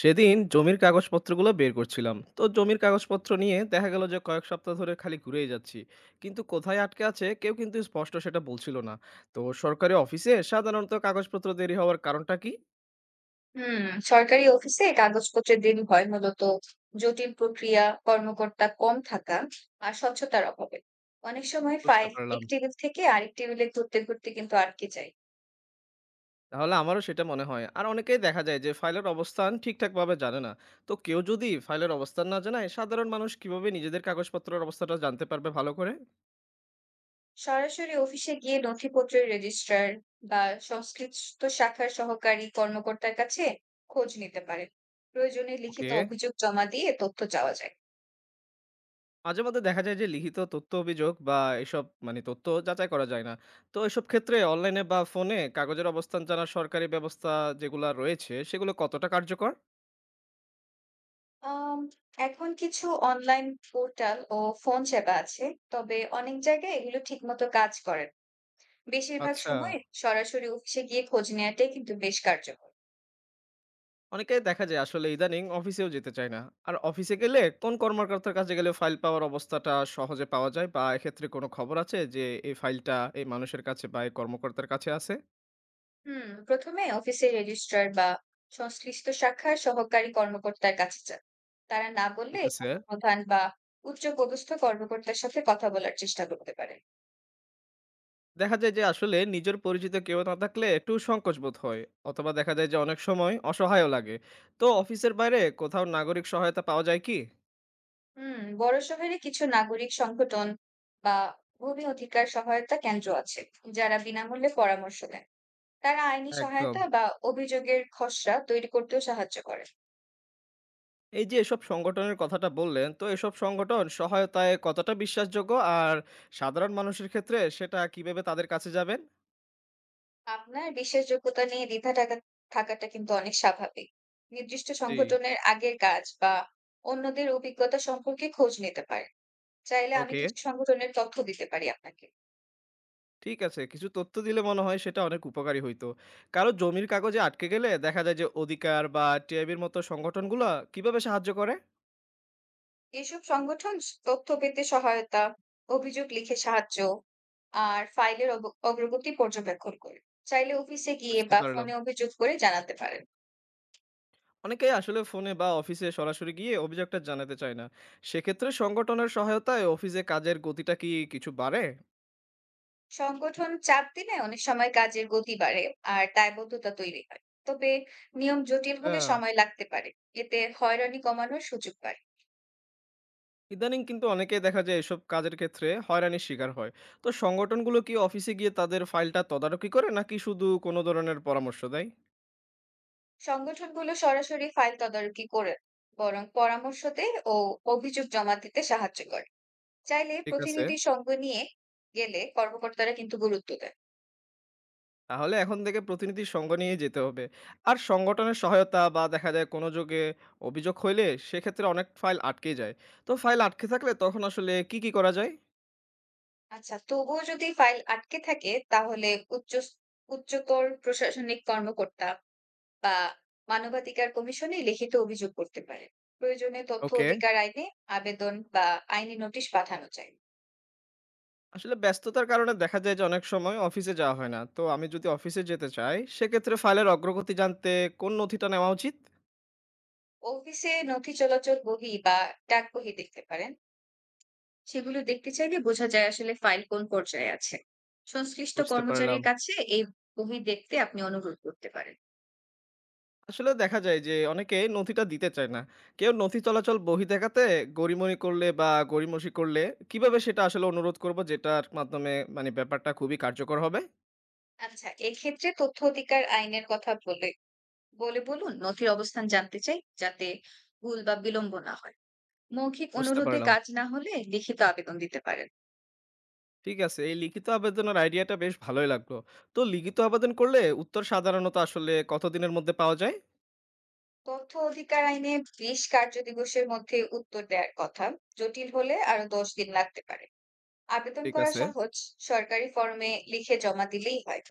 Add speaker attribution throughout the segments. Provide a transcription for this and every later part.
Speaker 1: সেদিন জমির কাগজপত্রগুলো বের করছিলাম, তো জমির কাগজপত্র নিয়ে দেখা গেল যে কয়েক সপ্তাহ ধরে খালি ঘুরেই যাচ্ছি, কিন্তু কোথায় আটকে আছে কেউ কিন্তু স্পষ্ট সেটা বলছিল না। তো সরকারি অফিসে সাধারণত কাগজপত্র দেরি হওয়ার কারণটা কি?
Speaker 2: হুম। সরকারি অফিসে কাগজপত্রের দেরি হয় মূলত জটিল প্রক্রিয়া, কর্মকর্তা কম থাকা আর স্বচ্ছতার অভাবে। অনেক সময়
Speaker 1: বুঝতে
Speaker 2: ফাইল
Speaker 1: পারলাম।
Speaker 2: এক টেবিল থেকে আরেক টেবিলে ঘুরতে ঘুরতে কিন্তু আটকে যায়।
Speaker 1: তাহলে আমারও সেটা মনে হয়, আর অনেকেই দেখা যায় যে ফাইলের অবস্থান ঠিকঠাকভাবে জানে না। তো কেউ যদি ফাইলের অবস্থান না জানায়, সাধারণ মানুষ কিভাবে নিজেদের কাগজপত্রের অবস্থাটা জানতে পারবে ভালো করে?
Speaker 2: সরাসরি অফিসে গিয়ে নথিপত্রের রেজিস্ট্রার বা সংশ্লিষ্ট শাখার সহকারী কর্মকর্তার কাছে খোঁজ নিতে পারে। প্রয়োজনে লিখিত
Speaker 1: ওকে।
Speaker 2: অভিযোগ জমা দিয়ে তথ্য চাওয়া যায়।
Speaker 1: মাঝে মধ্যে দেখা যায় যে লিখিত তথ্য অভিযোগ বা এসব মানে তথ্য যাচাই করা যায় না। তো এসব ক্ষেত্রে অনলাইনে বা ফোনে কাগজের অবস্থান জানার সরকারি ব্যবস্থা যেগুলো রয়েছে, সেগুলো কতটা কার্যকর?
Speaker 2: আম, এখন কিছু অনলাইন পোর্টাল ও ফোন সেবা আছে, তবে অনেক জায়গায় এগুলো ঠিকমতো কাজ করে না। বেশিরভাগ
Speaker 1: আচ্ছা।
Speaker 2: সময় সরাসরি অফিসে গিয়ে খোঁজ নেওয়াটাই কিন্তু বেশ কার্যকর।
Speaker 1: অনেকে দেখা যায় আসলে ইদানিং অফিসেও যেতে চায় না। আর অফিসে গেলে কোন কর্মকর্তার কাছে গেলে ফাইল পাওয়ার অবস্থাটা সহজে পাওয়া যায়, বা এক্ষেত্রে কোনো খবর আছে যে এই ফাইলটা এই মানুষের কাছে বা এই কর্মকর্তার কাছে আছে?
Speaker 2: হুম, প্রথমে অফিসের রেজিস্ট্রার বা সংশ্লিষ্ট শাখার সহকারী কর্মকর্তার কাছে যান। তারা না বললে
Speaker 1: ঠিক আছে।
Speaker 2: সমাধান বা উচ্চ পদস্থ কর্মকর্তার সাথে কথা বলার চেষ্টা করতে পারেন।
Speaker 1: দেখা যায় যে আসলে নিজের পরিচিত কেউ না থাকলে একটু সংকোচ বোধ হয়, অথবা দেখা যায় যে অনেক সময় অসহায়ও লাগে। তো অফিসের বাইরে কোথাও নাগরিক সহায়তা পাওয়া যায় কি?
Speaker 2: হুম, বড় শহরে কিছু নাগরিক সংগঠন বা ভূমি অধিকার সহায়তা কেন্দ্র আছে, যারা বিনামূল্যে পরামর্শ দেন। তারা আইনি
Speaker 1: একদম।
Speaker 2: সহায়তা বা অভিযোগের খসড়া তৈরি করতেও সাহায্য করে।
Speaker 1: এই যে এসব সংগঠনের কথাটা বললেন, তো এসব সংগঠন সহায়তায় কতটা বিশ্বাসযোগ্য? আর সাধারণ মানুষের ক্ষেত্রে সেটা কিভাবে তাদের কাছে যাবেন?
Speaker 2: আপনার বিশ্বাসযোগ্যতা নিয়ে দ্বিধা টাকা থাকাটা কিন্তু অনেক স্বাভাবিক। নির্দিষ্ট
Speaker 1: জি।
Speaker 2: সংগঠনের আগের কাজ বা অন্যদের অভিজ্ঞতা সম্পর্কে খোঁজ নিতে পারেন। চাইলে আমি
Speaker 1: ওকে।
Speaker 2: কিছু সংগঠনের তথ্য দিতে পারি আপনাকে।
Speaker 1: ঠিক আছে, কিছু তথ্য দিলে মনে হয় সেটা অনেক উপকারী হইতো। কারো জমির কাগজে আটকে গেলে দেখা যায় যে অধিকার বা টিআইবির মতো সংগঠনগুলো কিভাবে সাহায্য করে?
Speaker 2: এসব সংগঠন স তথ্য পেতে সহায়তা, অভিযোগ লিখে সাহায্য আর ফাইলের অগ্রগতি পর্যবেক্ষণ করে। চাইলে অফিসে গিয়ে
Speaker 1: বুঝতে
Speaker 2: বা
Speaker 1: পারলাম।
Speaker 2: ফোনে অভিযোগ করে জানাতে পারেন।
Speaker 1: অনেকেই আসলে ফোনে বা অফিসে সরাসরি গিয়ে অভিযোগটা জানাতে চায় না। সেক্ষেত্রে সংগঠনের সহায়তায় অফিসে কাজের গতিটা কি কিছু বাড়ে?
Speaker 2: সংগঠন চাপ দিলে অনেক সময় কাজের গতি বাড়ে আর দায়বদ্ধতা তৈরি হয়। তবে নিয়ম জটিল হলে
Speaker 1: আহ,
Speaker 2: সময় লাগতে পারে। এতে হয়রানি কমানোর সুযোগ পায়।
Speaker 1: ইদানিং কিন্তু অনেকেই দেখা যায় এসব কাজের ক্ষেত্রে হয়রানির শিকার হয়। তো সংগঠনগুলো কি অফিসে গিয়ে তাদের ফাইলটা তদারকি করে, নাকি শুধু কোনো ধরনের পরামর্শ দেয়?
Speaker 2: সংগঠনগুলো সরাসরি ফাইল তদারকি করে না, বরং পরামর্শ দেয় ও অভিযোগ জমা দিতে সাহায্য করে। চাইলে
Speaker 1: ঠিক আছে।
Speaker 2: প্রতিনিধি সঙ্গ নিয়ে গেলে কর্মকর্তারা কিন্তু গুরুত্ব দেয়।
Speaker 1: তাহলে এখন থেকে প্রতিনিধির সঙ্গ নিয়ে যেতে হবে। আর সংগঠনের সহায়তা বা দেখা যায় কোনো যোগে অভিযোগ হইলে সেক্ষেত্রে অনেক ফাইল আটকে যায়। তো ফাইল আটকে থাকলে তখন আসলে কি কি করা যায়?
Speaker 2: আচ্ছা, তবুও যদি ফাইল আটকে থাকে তাহলে উচ্চ উচ্চতর প্রশাসনিক কর্মকর্তা বা মানবাধিকার কমিশনে লিখিত অভিযোগ করতে পারে। প্রয়োজনে তথ্য
Speaker 1: ওকে।
Speaker 2: অধিকার আইনে আবেদন বা আইনি নোটিশ পাঠানো যায়।
Speaker 1: আসলে ব্যস্ততার কারণে দেখা যায় যে অনেক সময় অফিসে যাওয়া হয় না। তো আমি যদি অফিসে যেতে চাই, সেক্ষেত্রে ফাইলের অগ্রগতি জানতে কোন নথিটা নেওয়া উচিত?
Speaker 2: অফিসে নথি চলাচল বহি বা ডাক বহি দেখতে পারেন। সেগুলো দেখতে চাইলে বোঝা যায় আসলে ফাইল কোন পর্যায়ে আছে। সংশ্লিষ্ট
Speaker 1: বুঝতে পারলাম।
Speaker 2: কর্মচারীর কাছে এই বহি দেখতে আপনি অনুরোধ করতে পারেন।
Speaker 1: আসলে দেখা যায় যে অনেকে নথিটা দিতে চায় না। কেউ নথি চলাচল বহি দেখাতে গড়িমড়ি করলে বা গড়িমসি করলে কিভাবে সেটা আসলে অনুরোধ করব, যেটার মাধ্যমে মানে ব্যাপারটা খুবই কার্যকর হবে?
Speaker 2: আচ্ছা, এক্ষেত্রে তথ্য অধিকার আইনের কথা বলে বলে বলুন, নথির অবস্থান জানতে চাই যাতে ভুল বা বিলম্ব না হয়। মৌখিক
Speaker 1: বুঝতে
Speaker 2: অনুরোধে
Speaker 1: পারলাম।
Speaker 2: কাজ না হলে লিখিত আবেদন দিতে পারেন।
Speaker 1: ঠিক আছে। এই লিখিত আবেদনের আইডিয়াটা বেশ ভালোই লাগলো। তো লিখিত আবেদন করলে উত্তর সাধারণত আসলে কতদিনের মধ্যে পাওয়া যায়?
Speaker 2: তথ্য অধিকার আইনে 20 কার্যদিবসের মধ্যে উত্তর দেয়ার কথা। জটিল হলে আরো 10 দিন লাগতে পারে। আবেদন
Speaker 1: ঠিক
Speaker 2: করা
Speaker 1: আছে।
Speaker 2: সহজ। সরকারি ফরমে লিখে জমা দিলেই হয়।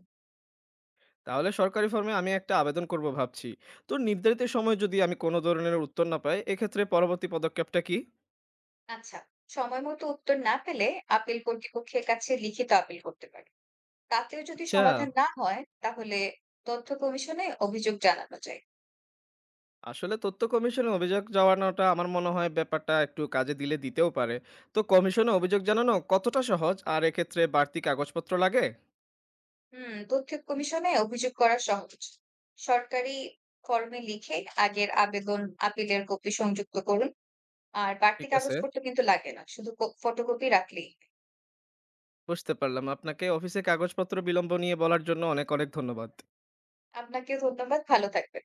Speaker 1: তাহলে সরকারি ফর্মে আমি একটা আবেদন করব ভাবছি। তো নির্ধারিত সময়ে যদি আমি কোনো ধরনের উত্তর না পাই, এক্ষেত্রে পরবর্তী পদক্ষেপটা কি?
Speaker 2: আচ্ছা, সময়মতো উত্তর না পেলে আপিল কর্তৃপক্ষের কাছে লিখিত আপিল করতে পারে। তাতেও যদি
Speaker 1: আচ্ছা।
Speaker 2: সমাধান না হয় তাহলে তথ্য কমিশনে অভিযোগ জানানো যায়।
Speaker 1: আসলে তথ্য কমিশনে অভিযোগ জানানোটা আমার মনে হয় ব্যাপারটা একটু কাজে দিলে দিতেও পারে। তো কমিশনে অভিযোগ জানানো কতটা সহজ, আর এক্ষেত্রে বাড়তি কাগজপত্র লাগে?
Speaker 2: হুম, তথ্য কমিশনে অভিযোগ করা সহজ। সরকারি ফর্মে লিখে আগের আবেদন আপিলের কপি সংযুক্ত করুন। আর বাড়তি
Speaker 1: ঠিক আছে,
Speaker 2: কাগজপত্র কিন্তু লাগে না। শুধু ক ফটোকপি রাখলেই।
Speaker 1: বুঝতে পারলাম। আপনাকে অফিসে কাগজপত্র বিলম্ব নিয়ে বলার জন্য অনেক, অনেক ধন্যবাদ।
Speaker 2: আপনাকেও ধন্যবাদ। ভালো থাকবেন।